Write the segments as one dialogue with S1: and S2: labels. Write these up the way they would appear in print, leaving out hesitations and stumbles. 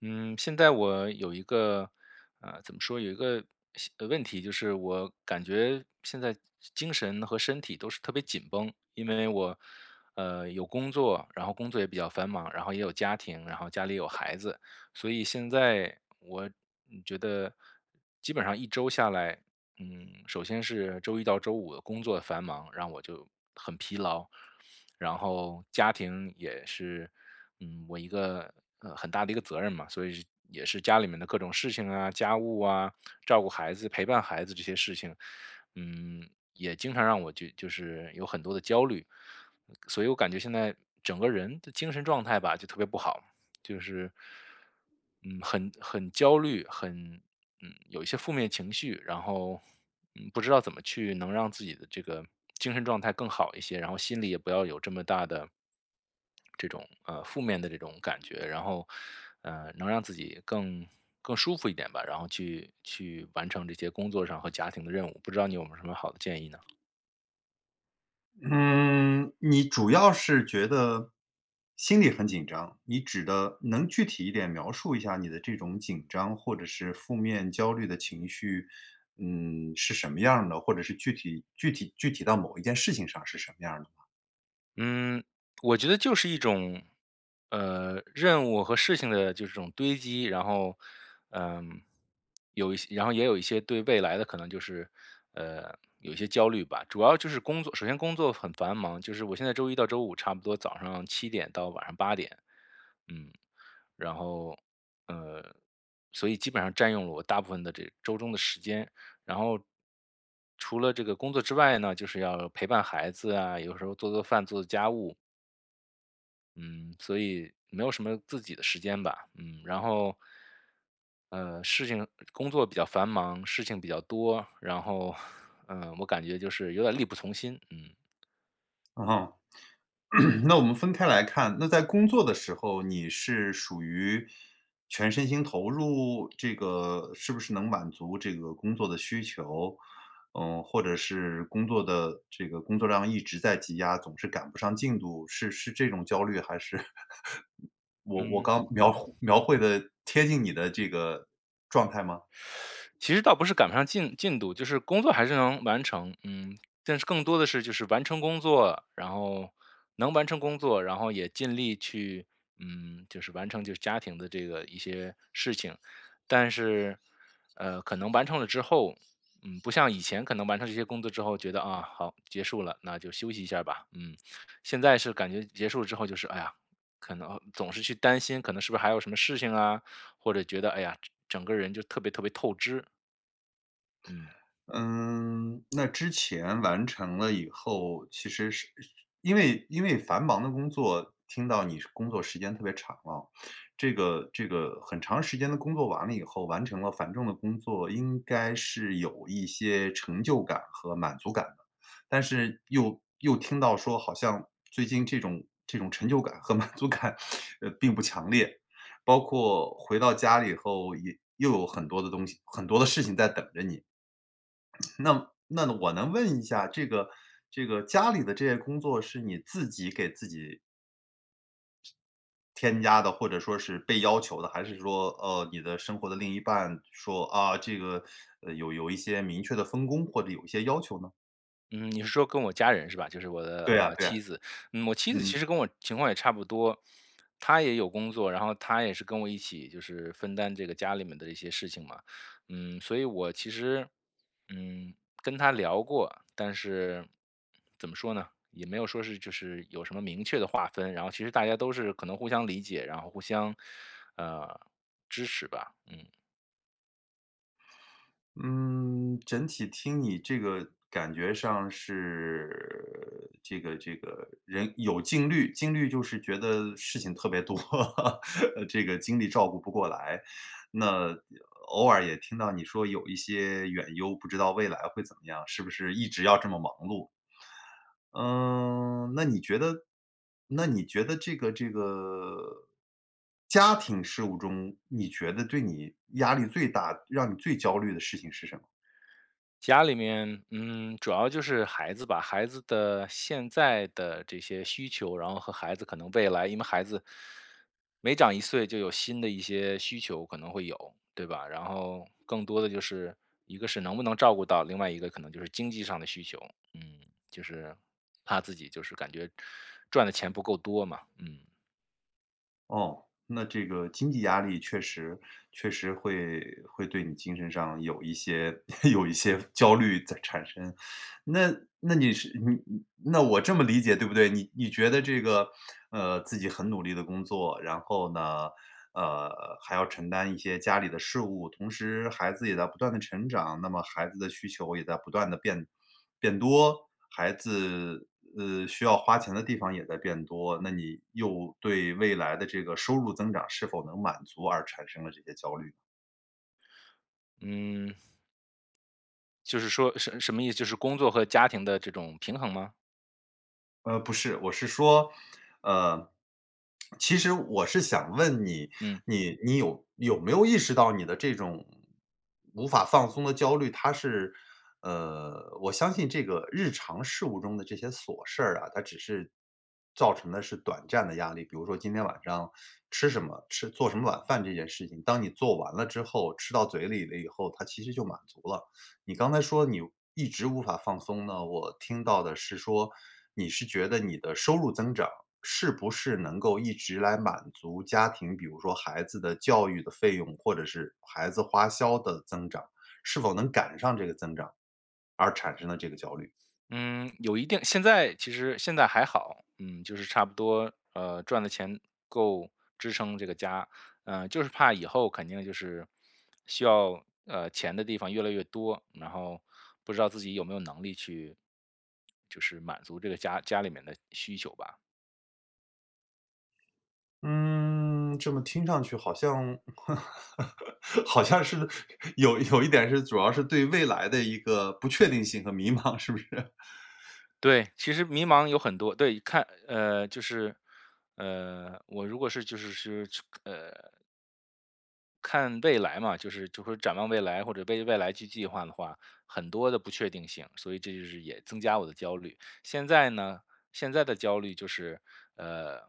S1: 嗯，现在我有一个，怎么说，有一个问题，就是我感觉现在精神和身体都是特别紧绷。因为我，有工作，然后工作也比较繁忙，然后也有家庭，然后家里有孩子。所以现在我觉得基本上一周下来，首先是周一到周五的工作繁忙，让我就很疲劳，然后家庭也是。我一个很大的一个责任嘛，所以是也是家里面的各种事情啊、家务啊、照顾孩子、陪伴孩子这些事情，嗯，也经常让我就是有很多的焦虑。所以我感觉现在整个人的精神状态吧，就特别不好。就是，嗯，很焦虑，很有一些负面情绪。然后不知道怎么去能让自己的这个精神状态更好一些，然后心里也不要有这么大的这种负面的这种感觉。然后能让自己更舒服一点吧，然后去完成这些工作上和家庭的任务。不知道你有没有什么好的建议呢？
S2: 嗯，你主要是觉得心里很紧张，你指的能具体一点描述一下你的这种紧张或者是负面焦虑的情绪，嗯，是什么样儿的？或者是具体到某一件事情上是什么样儿的吗？
S1: 嗯，我觉得就是一种，任务和事情的就是这种堆积。然后，嗯，有一些，然后也有一些对未来的可能就是，有一些焦虑吧。主要就是工作，首先工作很繁忙，就是我现在周一到周五差不多早上七点到晚上八点，嗯，然后，呃，所以基本上占用了我大部分的这周中的时间。然后除了这个工作之外呢，就是要陪伴孩子啊，有时候做做饭、做做家务。嗯，所以没有什么自己的时间吧。嗯，然后，事情工作比较繁忙，事情比较多。然后，我感觉就是有点力不从心。嗯。
S2: 嗯哼。那我们分开来看，那在工作的时候，你是属于全身心投入，这个是不是能满足这个工作的需求？嗯，或者是工作的这个工作量一直在积压，总是赶不上进度，是这种焦虑，还是 我刚描绘的贴近你的这个状态吗？
S1: 其实倒不是赶不上进度，就是工作还是能完成。嗯，但是更多的是就是完成工作，然后能完成工作，然后也尽力去，就是完成就是家庭的这个一些事情。但是，可能完成了之后，不像以前可能完成这些工作之后觉得啊好结束了，那就休息一下吧。嗯，现在是感觉结束之后就是哎呀。可能总是去担心，可能是不是还有什么事情啊，或者觉得哎呀，整个人就特别特别透支。嗯
S2: 嗯，那之前完成了以后，其实是因为繁忙的工作，听到你是工作时间特别长啊，这个很长时间的工作完了以后，完成了繁重的工作，应该是有一些成就感和满足感的。但是又听到说，好像最近这种成就感和 满足感，并不强烈。包括回到家里以后，也又有很多的东西，很多的事情在等着你。那我能问一下，这个家里的这些工作是你自己给自己添加的，或者说是被要求的，还是说，你的生活的另一半说啊，这个，有一些明确的分工，或者有一些要求呢？
S1: 嗯，你是说跟我家人是吧？就是我的
S2: 对呀，对呀，
S1: 妻子。我妻子
S2: 嗯。
S1: 其实跟我情况也差不多。她也有工作，然后她也是跟我一起就是分担这个家里面的一些事情嘛。所以我其实嗯跟她聊过。但是怎么说呢？也没有说是就是有什么明确的划分，然后其实大家都是可能互相理解，然后互相呃支持吧。嗯。
S2: 嗯，整体听你这个感觉上是这个人有精虑，精力就是觉得事情特别多，这个精力照顾不过来。那偶尔也听到你说有一些远忧，不知道未来会怎么样，是不是一直要这么忙碌？嗯，那你觉得这个家庭事务中，你觉得对你压力最大，让你最焦虑的事情是什么？
S1: 家里面，主要就是孩子吧。孩子的现在的这些需求，然后和孩子可能未来，因为孩子每长一岁就有新的一些需求可能会有，对吧？然后更多的就是一个是能不能照顾到，另外一个可能就是经济上的需求。嗯，就是怕自己就是感觉赚的钱不够多嘛。嗯
S2: 哦，那这个经济压力确实会对你精神上有一些 有一些焦虑在产生。那那你是你你那我这么理解对不对？你觉得这个，自己很努力的工作，然后呢，还要承担一些家里的事务，同时孩子也在不断的成长，那么孩子的需求也在不断的变多，孩子，需要花钱的地方也在变多，那你又对未来的这个收入增长是否能满足而产生了这些焦虑。
S1: 嗯，就是说什么意思？就是工作和家庭的这种平衡吗？
S2: 不是，我是说，呃，其实我是想问你，
S1: 嗯。
S2: 你有没有意识到你的这种无法放松的焦虑，它是我相信这个日常事务中的这些琐事儿啊，它只是造成的是短暂的压力。比如说今天晚上吃什么，吃做什么晚饭这件事情，当你做完了之后，吃到嘴里了以后，它其实就满足了。你刚才说你一直无法放松呢，我听到的是说，你是觉得你的收入增长是不是能够一直来满足家庭，比如说孩子的教育的费用，或者是孩子花销的增长，是否能赶上这个增长，而产生的这个焦虑？
S1: 嗯，有一定现在其实现在还好。嗯，就是差不多，赚的钱够支撑这个家。就是怕以后肯定就是需要钱的地方越来越多。然后不知道自己有没有能力去，就是满足这个家里面的需求吧。
S2: 嗯，这么听上去好像 好像是有一点是主要是对未来的一个不确定性和迷茫，是不是？
S1: 对，其实迷茫有很多。对，看，就是，我如果是就是是呃看未来嘛，就是就会展望未来或者为未来去计划的话，很多的不确定性，所以这就是也增加我的焦虑。现在呢，现在的焦虑就是，呃，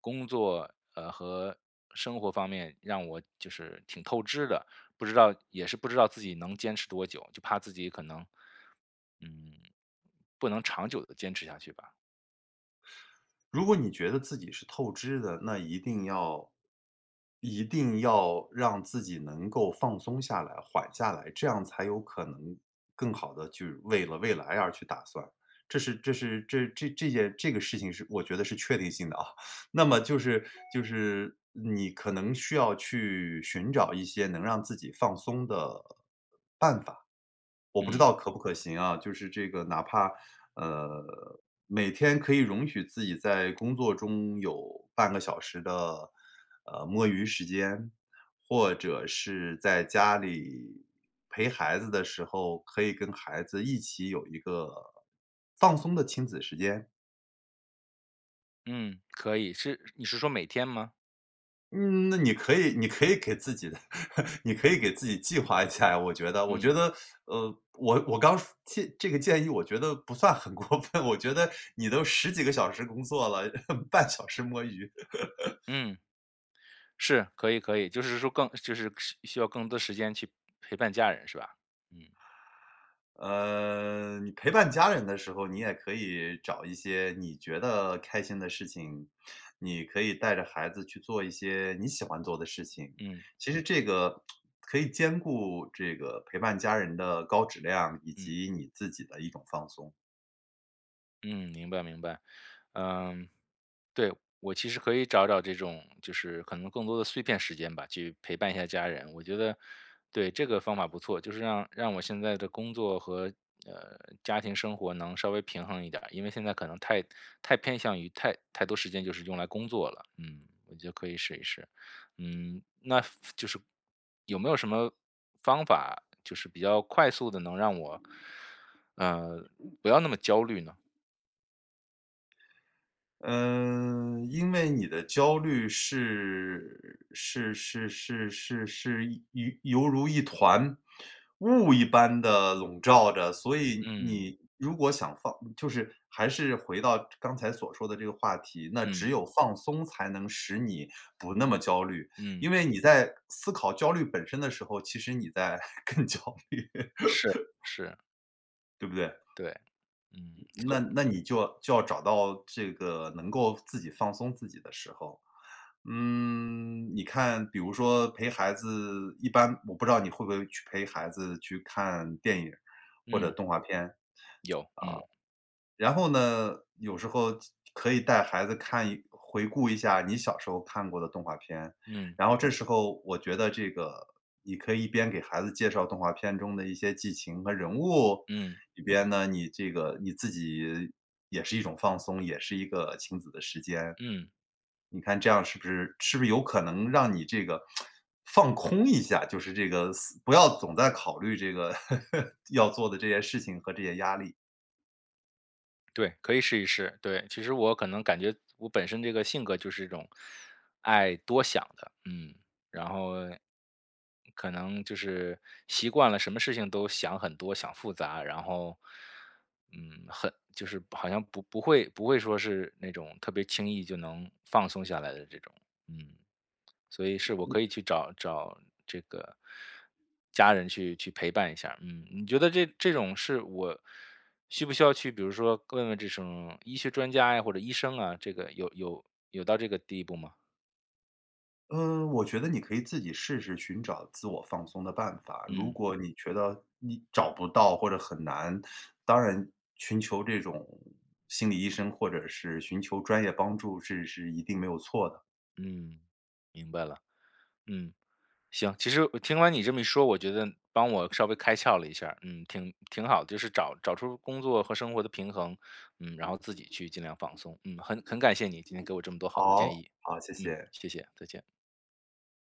S1: 工作和生活方面让我就是挺透支的。不知道也是不知道自己能坚持多久。就怕自己可能，嗯，不能长久的坚持下去吧。
S2: 如果你觉得自己是透支的，那一定要让自己能够放松下来、缓下来，这样才有可能更好的去为了未来而去打算。这这个事情是我觉得是确定性的啊。那么就是你可能需要去寻找一些能让自己放松的我不知
S1: 嗯
S2: 道可不可行啊，就是这个哪怕，呃，每天可以容许自己在工作中有半个小时的，摸鱼时间，或者是在家里陪孩子的时候，可以跟孩子一起有一个放松的亲子时间。
S1: 嗯，可以，是你是说每天吗？
S2: 嗯，那你可以给自己的 你可以给自己计划一下呀，我觉得我
S1: 嗯
S2: 觉得，我刚这个建议我觉得不算很过分，我觉得你都十几个小时工作了，半小时摸鱼。
S1: 嗯。是，可以可以，就是说更就是需要更多时间去陪伴家人是吧？嗯，
S2: 你陪伴家人的时候，你也可以找一些你觉得开心的事情，你可以带着孩子去做一些你喜欢做的事情。
S1: 嗯，
S2: 其实这个可以兼顾这个陪伴家人的高质量，以
S1: 嗯，
S2: 及你自己的一种放松。
S1: 嗯，明白明白，嗯。对，我其实可以找找这种，就是可能更多的碎片时间吧，去陪伴一下家人。我觉得，对，这个方法不错。就是让我现在的工作和呃家庭生活能稍微平衡一点儿。因为现在可能太偏向于太多时间就是用来工作了。嗯，我觉得可以试一试。那就是有没有什么方法，就是比较快速的能让我呃不要那么焦虑呢？
S2: 嗯，因为你的焦虑是一犹如一团雾一般的笼罩着，所以
S1: 嗯
S2: 你如果想放就是还是回到刚才所说的这个话题，那只
S1: 嗯
S2: 有放松才能使你不那么焦虑，因
S1: 嗯，
S2: 为你在思考焦虑本身的时候，其实你在 更焦虑，
S1: 是是。
S2: 对不对？
S1: 对。嗯，
S2: 那
S1: 所
S2: 那你就要找到这个能够自己放松自己的时候。嗯，你看，比如说陪孩子一般我不知道你会不会去陪孩子去看电影儿或者
S1: 嗯，
S2: 动画片。
S1: 有，嗯，
S2: 然后呢，有时候可以带孩子看一回顾一下你小时候看过的动画片，
S1: 嗯，
S2: 然后这时候我觉得这个你可以一边给孩子介绍动画片中的一些剧情和人物，
S1: 嗯，
S2: 一边呢，你这个你自己也是一种放松，也是一个亲子的时间。
S1: 嗯，
S2: 你看这样是不是有可能让你这个放空一下，就是这个思不要总在考虑这个 要做的这些事情和这些压力。
S1: 对，可以试一试。对，其实我可能感觉我本身这个性格就是这种爱多想的。嗯，然后可能就是习惯了什么事情都想很多、想复杂。然后很就是好像不会说是那种特别轻易就能放松下来的这种。嗯。所以是我可以去找找这个家人去陪伴一下。嗯，你觉得这种是我需不需要去，比如说问问这种医学专家呀，或者医生啊，这个有到这个地步吗？
S2: 我觉得你可以自己试试寻找自我放松的办法。如
S1: 嗯
S2: 果你觉得你找不到或者很难，当然寻求这种心理医生或者是寻求专业帮助是一定没有错的。
S1: 嗯，明白了。嗯，行，其实我听完你这么一说，我觉得帮我稍微开窍了一下儿。嗯，挺好的就是找找出工作和生活的平衡。然后自己去尽量放松。嗯，很感谢你今天给我这么多好的建
S2: 好，
S1: 议。
S2: 好，谢
S1: 嗯，
S2: 谢。
S1: 谢谢，再见。